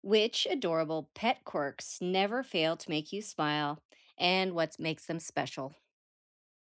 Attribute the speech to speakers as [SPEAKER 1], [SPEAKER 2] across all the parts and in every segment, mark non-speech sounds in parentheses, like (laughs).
[SPEAKER 1] Which adorable pet quirks never fail to make you smile and what makes them special?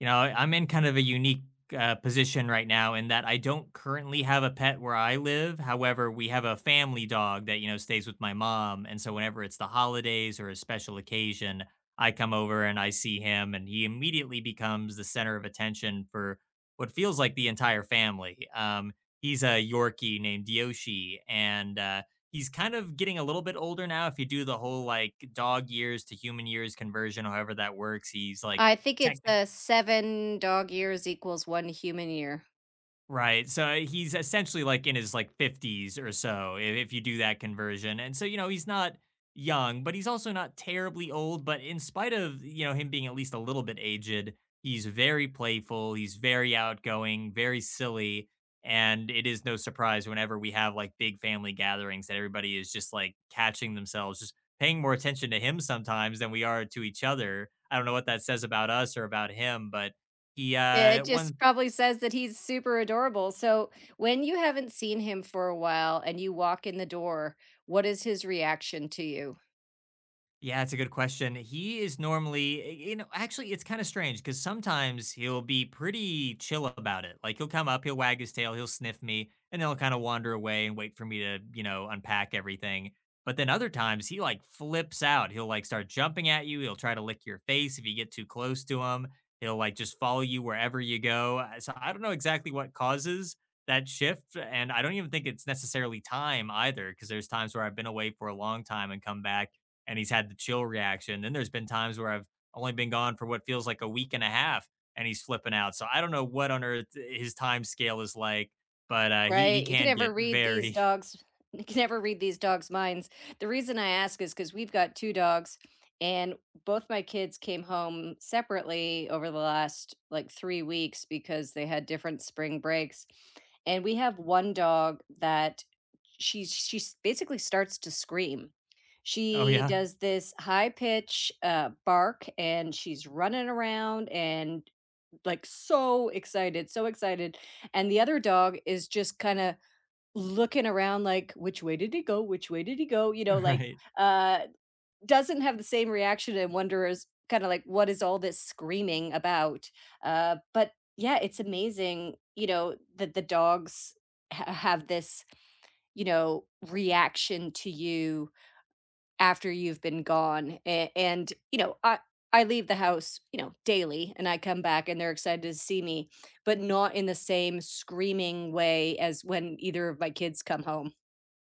[SPEAKER 2] You know, I'm in kind of a unique position right now in that I don't currently have a pet where I live. However, we have a family dog that, you know, stays with my mom. And so whenever it's the holidays or a special occasion, I come over and I see him, and he immediately becomes the center of attention for what feels like the entire family. He's a Yorkie named Yoshi, and he's kind of getting a little bit older now. If you do the whole like dog years to human years conversion, however that works, he's like,
[SPEAKER 1] I think it's a seven dog years equals one human year.
[SPEAKER 2] right. So he's essentially like in his like 50s or so, if you do that conversion. And so, you know, he's not young, but he's also not terribly old. But in spite of, you know, him being at least a little bit aged, he's very playful. He's very outgoing, very silly. And it is no surprise whenever we have like big family gatherings that everybody is just like catching themselves, just paying more attention to him sometimes than we are to each other. I don't know what that says about us or about him, but he
[SPEAKER 1] Yeah, it
[SPEAKER 2] one
[SPEAKER 1] just probably says that he's super adorable. So when you haven't seen him for a while and you walk in the door, what is his reaction to you?
[SPEAKER 2] Yeah, that's a good question. He is normally, you know, actually, it's kind of strange because sometimes he'll be pretty chill about it. Like he'll come up, he'll wag his tail, he'll sniff me, and then he'll kind of wander away and wait for me to, you know, unpack everything. But then other times he like flips out. He'll like start jumping at you. He'll try to lick your face if you get too close to him. He'll like just follow you wherever you go. So I don't know exactly what causes that shift. And I don't even think it's necessarily time either because there's times where I've been away for a long time and come back and he's had the chill reaction. Then there's been times where I've only been gone for what feels like a week and a half and he's flipping out. So I don't know what on earth his time scale is like, but he
[SPEAKER 1] Right? You can
[SPEAKER 2] can
[SPEAKER 1] never
[SPEAKER 2] get
[SPEAKER 1] read these
[SPEAKER 2] very. (laughs)
[SPEAKER 1] dogs (laughs) you can never read these dogs' minds. The reason I ask is because 'cause we've got 2 dogs, and both my kids came home separately over the last, like, 3 weeks because they had different spring breaks, and we have 1 dog that she she's basically starts to scream.
[SPEAKER 2] Oh
[SPEAKER 1] She
[SPEAKER 2] yeah,
[SPEAKER 1] does this high pitch, bark, and she's running around and like so excited, so excited. And the other dog is just kind of looking around like, which way did he go? Which way did he go?
[SPEAKER 2] (laughs) right.
[SPEAKER 1] Uh doesn't have the same reaction and wonders kind of like what is all this screaming about? But yeah, it's amazing, you know, that the dogs have this, you know, reaction to you after you've been gone, a and, you know, I leave the house, you know, daily, and I come back, and they're excited to see me, but not in the same screaming way as when either of my kids come home.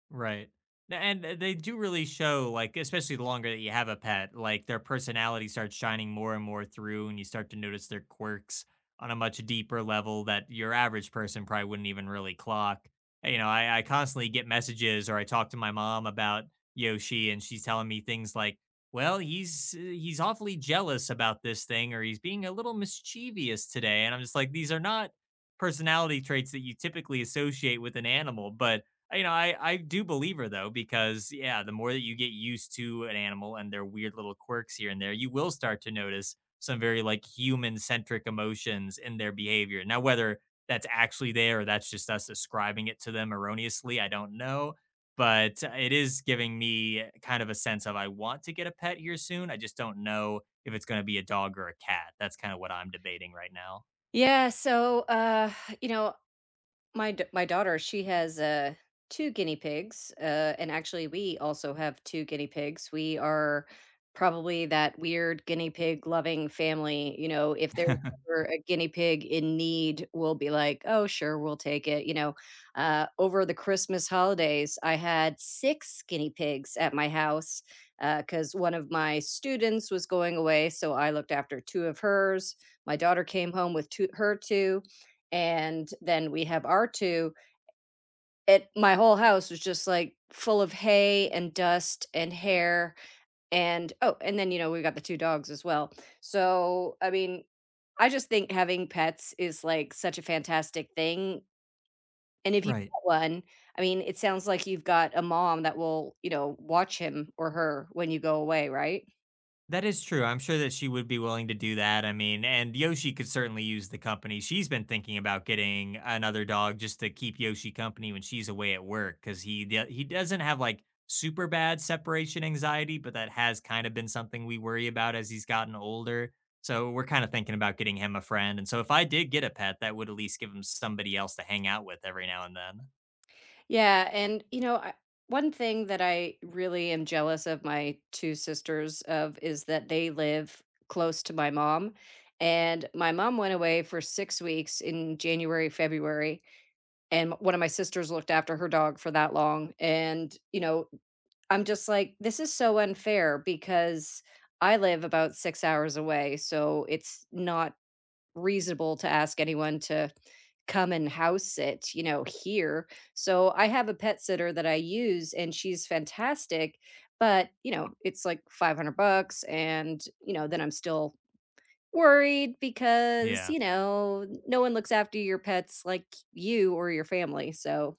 [SPEAKER 2] Right. And they do really show, like, especially the longer that you have a pet, like their personality starts shining more and more through, and you start to notice their quirks on a much deeper level that your average person probably wouldn't even really clock. You know, I constantly get messages or I talk to my mom about Yoshi, and she's telling me things like, well, he's awfully jealous about this thing, or he's being a little mischievous today. And I'm just like, these are not personality traits that you typically associate with an animal, but you know, I do believe her though because yeah, the more that you get used to an animal and their weird little quirks here and there, you will start to notice some very like human centric emotions in their behavior. Now, whether that's actually there or that's just us ascribing it to them erroneously, I don't know. But it is giving me kind of a sense of I want to get a pet here soon. I just don't know if it's going to be a dog or a cat. That's kind of what I'm debating right now.
[SPEAKER 1] Yeah, so, you know, my daughter, she has, 2 guinea pigs, and actually, we also have 2 guinea pigs. We are probably that weird guinea pig loving family, you know, if there's
[SPEAKER 2] (laughs)
[SPEAKER 1] ever a guinea pig in need, we'll be like, "Oh, sure, we'll take it," you know? Over the Christmas holidays, I had 6 guinea pigs at my house, because one of my students was going away, so I looked after 2 of hers. My daughter came home with 2 and then we have R2. It My whole house was just like full of hay and dust and hair and oh, and then you know we got the two dogs as well. So I mean, I just think having pets is like such a fantastic thing. And if you get
[SPEAKER 2] Right.
[SPEAKER 1] one, I mean, it sounds like you've got a mom that will, you know, watch him or her when you go away, right?
[SPEAKER 2] That is true. I'm sure that she would be willing to do that. I mean, and Yoshi could certainly use the company. She's been thinking about getting another dog just to keep Yoshi company when she's away at work because he doesn't have like super bad separation anxiety, but that has kind of been something we worry about as he's gotten older. So we're kind of thinking about getting him a friend. And so if I did get a pet, that would at least give him somebody else to hang out with every now and then.
[SPEAKER 1] Yeah, and you know, one thing that I really am jealous of my two sisters of is that they live close to my mom. And my mom went away for 6 weeks in January, February, and one of my sisters looked after her dog for that long. And you know, I'm just like, this is so unfair because I live about 6 hours away. So it's not reasonable to ask anyone to come and house sit, you know, here. So I have a pet sitter that I use and she's fantastic, but, you know, it's like 500 bucks and, you know, then I'm still worried because,
[SPEAKER 2] Yeah.
[SPEAKER 1] you know, no one looks after your pets like you or your family. So,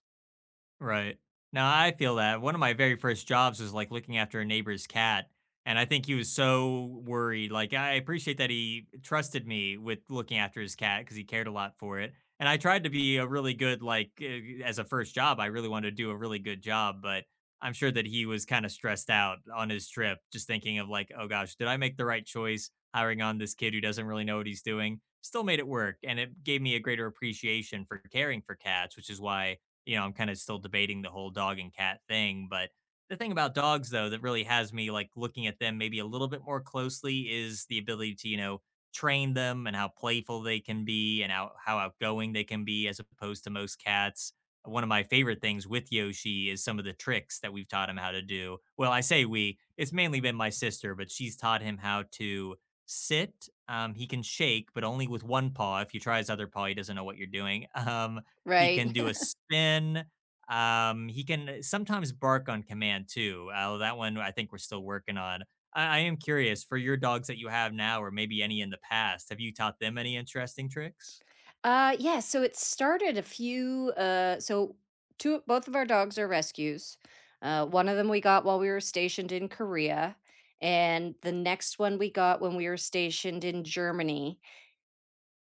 [SPEAKER 2] Right. Now, I feel that. One of my very first jobs was like looking after a neighbor's cat. And I think he was so worried. Like, I appreciate that he trusted me with looking after his cat because he cared a lot for it. And I tried to be a really good, like, as a first job, I really wanted to do a really good job. But I'm sure that he was kind of stressed out on his trip, just thinking of, like, oh gosh, did I make the right choice hiring on this kid who doesn't really know what he's doing? Still made it work. And it gave me a greater appreciation for caring for cats, which is why you know, I'm kind of still debating the whole dog and cat thing. But the thing about dogs, though, that really has me like looking at them maybe a little bit more closely is the ability to, you know, train them and how playful they can be and how outgoing they can be as opposed to most cats. One of my favorite things with Yoshi is some of the tricks that we've taught him how to do. Well, I say we, it's mainly been my sister, but she's taught him how to sit. He can shake, but only with one paw. If you try his other paw, he doesn't know what you're doing. (laughs) He
[SPEAKER 1] right.
[SPEAKER 2] can do a spin. He can sometimes bark on command too. That one I think we're still working on. I am curious for your dogs that you have now, or maybe any in the past. Have you taught them any interesting tricks?
[SPEAKER 1] Yeah, so it started a few so two both of our dogs are rescues. One of them we got while we were stationed in Korea and the next one we got when we were stationed in Germany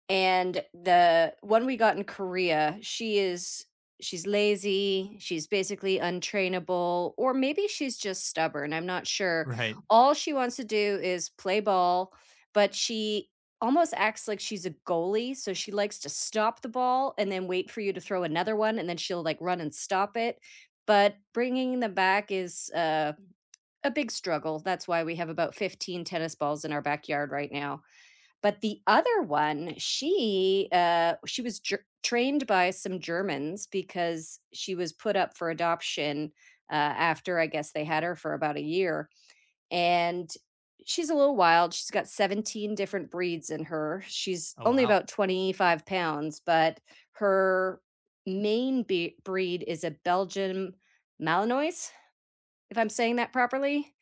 [SPEAKER 1] and the one we got in Korea, she's lazy, she's basically untrainable, or maybe she's just stubborn. I'm not sure.
[SPEAKER 2] Right.
[SPEAKER 1] All she wants to do is play ball, but she almost acts like she's a goalie. So she likes to stop the ball and then wait for you to throw another one, and then she'll like run and stop it. But bringing them back is a big struggle. That's why we have about 15 tennis balls in our backyard right now. But the other one, she was ger trained by some Germans because she was put up for adoption, after I guess they had her for about a year, and she's a little wild, she's got 17 different breeds in her. She's
[SPEAKER 2] Oh
[SPEAKER 1] only
[SPEAKER 2] wow.
[SPEAKER 1] about 25 pounds, but her main be breed is a Belgian Malinois, if I'm saying that properly?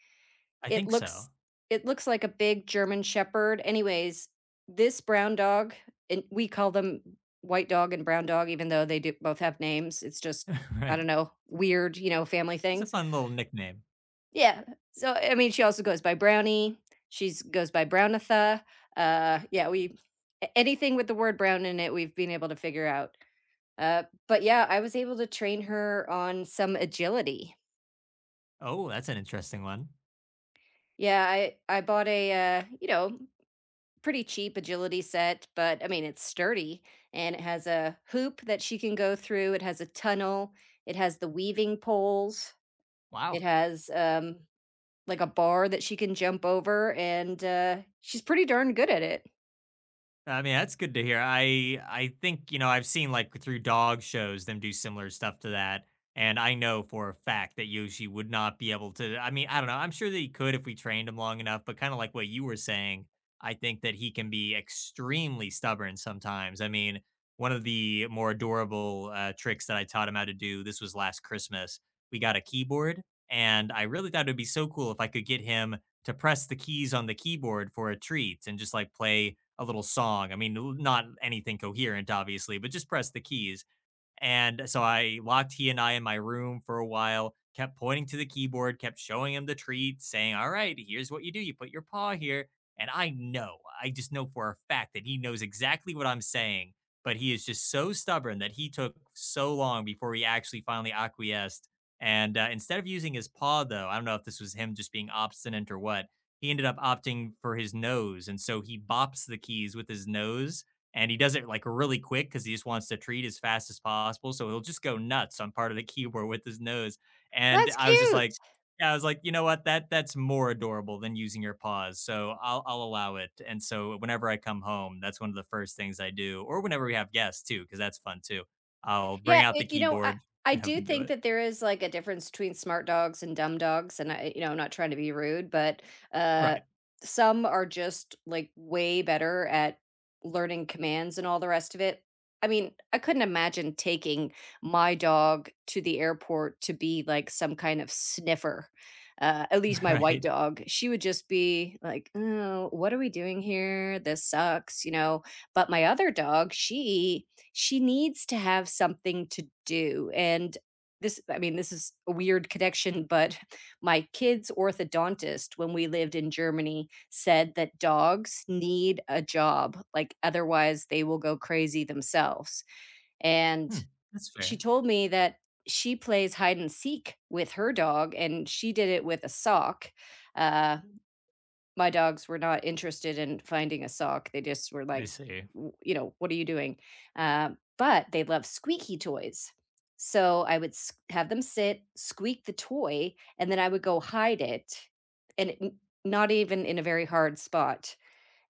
[SPEAKER 2] I
[SPEAKER 1] It
[SPEAKER 2] think so.
[SPEAKER 1] looks it looks like a big German shepherd. Anyways, this brown dog, and we call them white dog and brown dog, even though they do both have names. It's just,
[SPEAKER 2] (laughs)
[SPEAKER 1] I
[SPEAKER 2] Right.
[SPEAKER 1] don't know, weird, you know, family
[SPEAKER 2] It's a
[SPEAKER 1] things.
[SPEAKER 2] fun little nickname.
[SPEAKER 1] Yeah. So I mean, she also goes by Brownie. She's goes by Brownatha. Yeah, we anything with the word brown in it, we've been able to figure out. But yeah, I was able to train her on some agility.
[SPEAKER 2] Oh, that's an interesting one.
[SPEAKER 1] Yeah, I bought a you know pretty cheap agility set, but I mean, it's sturdy and it has a hoop that she can go through. It has a tunnel. It has the weaving poles. It
[SPEAKER 2] Wow.
[SPEAKER 1] has like a bar that she can jump over, and she's pretty darn good at it.
[SPEAKER 2] I mean, that's good to hear. I think, you know, I've seen like through dog shows them do similar stuff to that. And I know for a fact that Yoshi would not be able to. I mean, I don't know. I'm sure that he could if we trained him long enough, but kind of like what you were saying, I think that he can be extremely stubborn sometimes. I mean, one of the more adorable tricks that I taught him how to do, this was last Christmas. We got a keyboard, and I really thought it would be so cool if I could get him to press the keys on the keyboard for a treat and just like play a little song. I mean, not anything coherent, obviously, but just press the keys. And so I locked he and I in my room for a while, kept pointing to the keyboard, kept showing him the treat, saying, all right, here's what you do. You put your paw here. And I know, I just know for a fact that he knows exactly what I'm saying. But he is just so stubborn that he took so long before he actually finally acquiesced. And instead of using his paw, though, I don't know if this was him just being obstinate or what, he ended up opting for his nose. And so he bops the keys with his nose and he does it like really quick because he just wants to treat as fast as possible. So he'll just go nuts on part of the (laughs) keyboard with his nose. And
[SPEAKER 1] That's
[SPEAKER 2] I was just
[SPEAKER 1] cute.
[SPEAKER 2] like, yeah, I was like, you know what? That's more adorable than using your paws. So I'll allow it. And so whenever I come home, that's one of the first things I do, or whenever we have guests too, because that's fun too. I'll bring
[SPEAKER 1] Yeah,
[SPEAKER 2] out the
[SPEAKER 1] it you know,
[SPEAKER 2] keyboard
[SPEAKER 1] I
[SPEAKER 2] and have
[SPEAKER 1] do
[SPEAKER 2] them do
[SPEAKER 1] think
[SPEAKER 2] it.
[SPEAKER 1] that there is, like, a difference between smart dogs and dumb dogs, and I you know, I'm not trying to be rude, but, uh,
[SPEAKER 2] Right.
[SPEAKER 1] some are just, like, way better at learning commands and all the rest of it. I mean, I couldn't imagine taking my dog to the airport to be, like, some kind of sniffer, at least
[SPEAKER 2] (laughs)
[SPEAKER 1] my white
[SPEAKER 2] Right.
[SPEAKER 1] dog. She would just be like, "Oh, what are we doing here? This sucks," you know? But my other dog, she needs to have something to do. And this, I mean, this is a weird connection, but (laughs) my kid's orthodontist, when we lived in Germany, said that dogs need a job. Like, otherwise, they will go crazy themselves. And
[SPEAKER 2] Hmm. That's
[SPEAKER 1] she
[SPEAKER 2] fair.
[SPEAKER 1] told me that she plays hide and seek with her dog, and she did it with a sock. Uh, my dogs were not interested in finding a sock. They just were
[SPEAKER 2] I
[SPEAKER 1] like,
[SPEAKER 2] see.
[SPEAKER 1] "W- you know, what are you doing? But they love squeaky toys. So I would have them sit, squeak the toy, and then I would go hide it and it, n- not even in a very hard spot.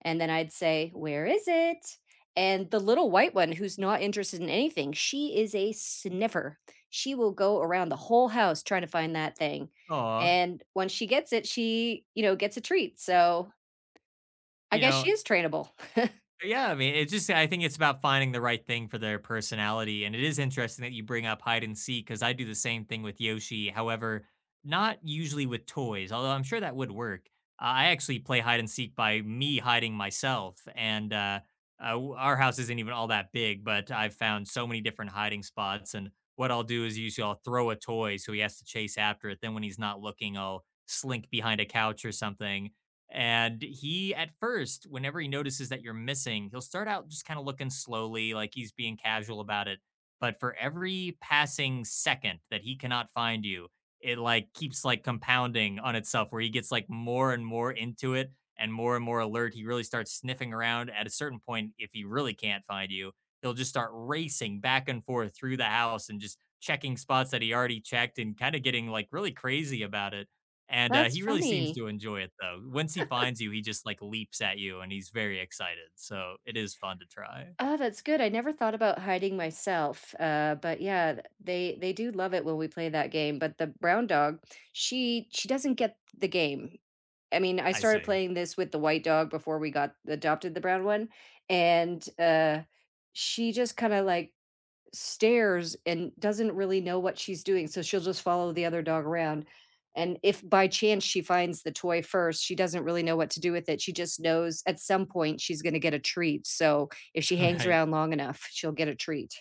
[SPEAKER 1] And then I'd say, "Where is it?" And the little white one who's not interested in anything, she is a sniffer. She will go around the whole house trying to find that thing.
[SPEAKER 2] Aw.
[SPEAKER 1] And when she gets it, she, you know, gets a treat. So I
[SPEAKER 2] You
[SPEAKER 1] guess she
[SPEAKER 2] know,
[SPEAKER 1] is trainable.
[SPEAKER 2] yeah, I mean, it's just I think it's about finding the right thing for their personality, and it is interesting that you bring up hide and seek because I do the same thing with Yoshi. However, not usually with toys, although I'm sure that would work. I actually play hide and seek by me hiding myself, and our house isn't even all that big, but I've found so many different hiding spots. And what I'll do is usually I'll throw a toy so he has to chase after it. Then when he's not looking, I'll slink behind a couch or something and he, at first, whenever he notices that you're missing, he'll start out just kind of looking slowly, like he's being casual about it. But for every passing second that he cannot find you, it like keeps like compounding on itself where he gets like more and more into it and more alert. He really starts sniffing around at a certain point. If he really can't find you, he'll just start racing back and forth through the house and just checking spots that he already checked and kind of getting like really crazy about it
[SPEAKER 1] (laughs)
[SPEAKER 2] and,
[SPEAKER 1] That's
[SPEAKER 2] he really seems
[SPEAKER 1] funny.
[SPEAKER 2] to (laughs) enjoy it, though. Once he finds you, he just, like, leaps at you, and he's very excited, so it is fun to try.
[SPEAKER 1] Oh, that's good. I never thought about hiding myself. But yeah, they do love it when we play that game. But the brown dog, she doesn't get the game. I mean, I
[SPEAKER 2] I
[SPEAKER 1] started
[SPEAKER 2] see.
[SPEAKER 1] playing this with the white dog before we got adopted the brown one, and, she just kinda, like, stares and doesn't really know what she's doing, so she'll just follow the other dog around, and if by chance she finds the toy first, she doesn't really know what to do with it, she just knows at some point she's gonna get a treat, so if she
[SPEAKER 2] (laughs)
[SPEAKER 1] hangs
[SPEAKER 2] Right.
[SPEAKER 1] around long enough, she'll get a treat.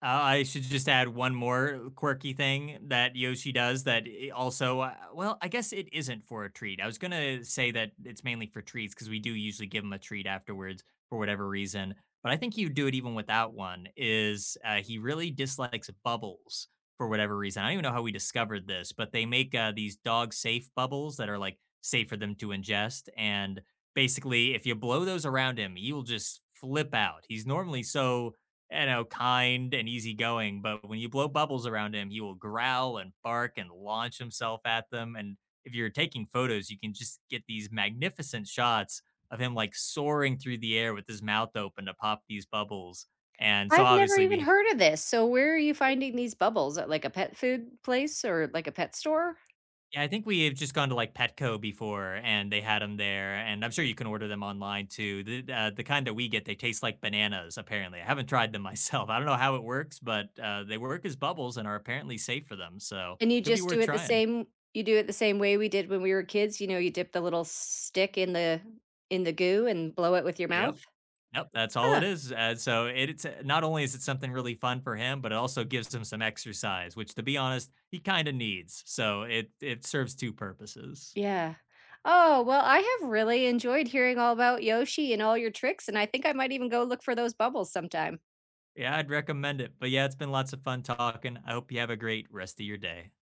[SPEAKER 2] Uh, I should just add one more quirky thing that Yoshi does also, well, I guess it isn't for a treat. I was going to say that it's mainly for treats because we do usually give him a treat afterwards for whatever reason. But I think he would do it even without one, is he really dislikes bubbles for whatever reason. I don't even know how we discovered this, but they make these dog safe bubbles that are like safe for them to ingest. And basically, if you blow those around him, he will just flip out. He's normally so you know, kind and easygoing, but when you blow bubbles around him, he will growl and bark and launch himself at them. And if you're taking photos, you can just get these magnificent shots of him like soaring through the air with his mouth open to pop these bubbles. And so
[SPEAKER 1] I've never
[SPEAKER 2] obviously
[SPEAKER 1] even
[SPEAKER 2] we
[SPEAKER 1] heard of this, so where are you finding these bubbles? At, like, a pet food place or, like, a pet store?
[SPEAKER 2] yeah, I think we have just gone to, like, Petco before, and they had them there, and I'm sure you can order them online too. The kind that we get, they taste like bananas, apparently. I haven't tried them (laughs) myself. I don't know how it works, but, they work as bubbles and are apparently safe for them, so
[SPEAKER 1] And you
[SPEAKER 2] could be
[SPEAKER 1] just do
[SPEAKER 2] worth
[SPEAKER 1] it the
[SPEAKER 2] trying.
[SPEAKER 1] same you do it the same way we did when we were kids, you know, you dip the little stick in the goo and blow it with your mouth?
[SPEAKER 2] Yep. Yep, that's all it
[SPEAKER 1] Huh,
[SPEAKER 2] is, and so it's not only is it something really fun for him, but it also gives him some exercise, which, to be honest, he kinda needs, so it serves 2 purposes.
[SPEAKER 1] yeah. Oh, well, I have really enjoyed hearing all about Yoshi and all your tricks, and I think I might even go look for those bubbles sometime.
[SPEAKER 2] Yeah, I'd recommend it, but yeah, it's been lots of fun talking. I hope you have a great rest of your day.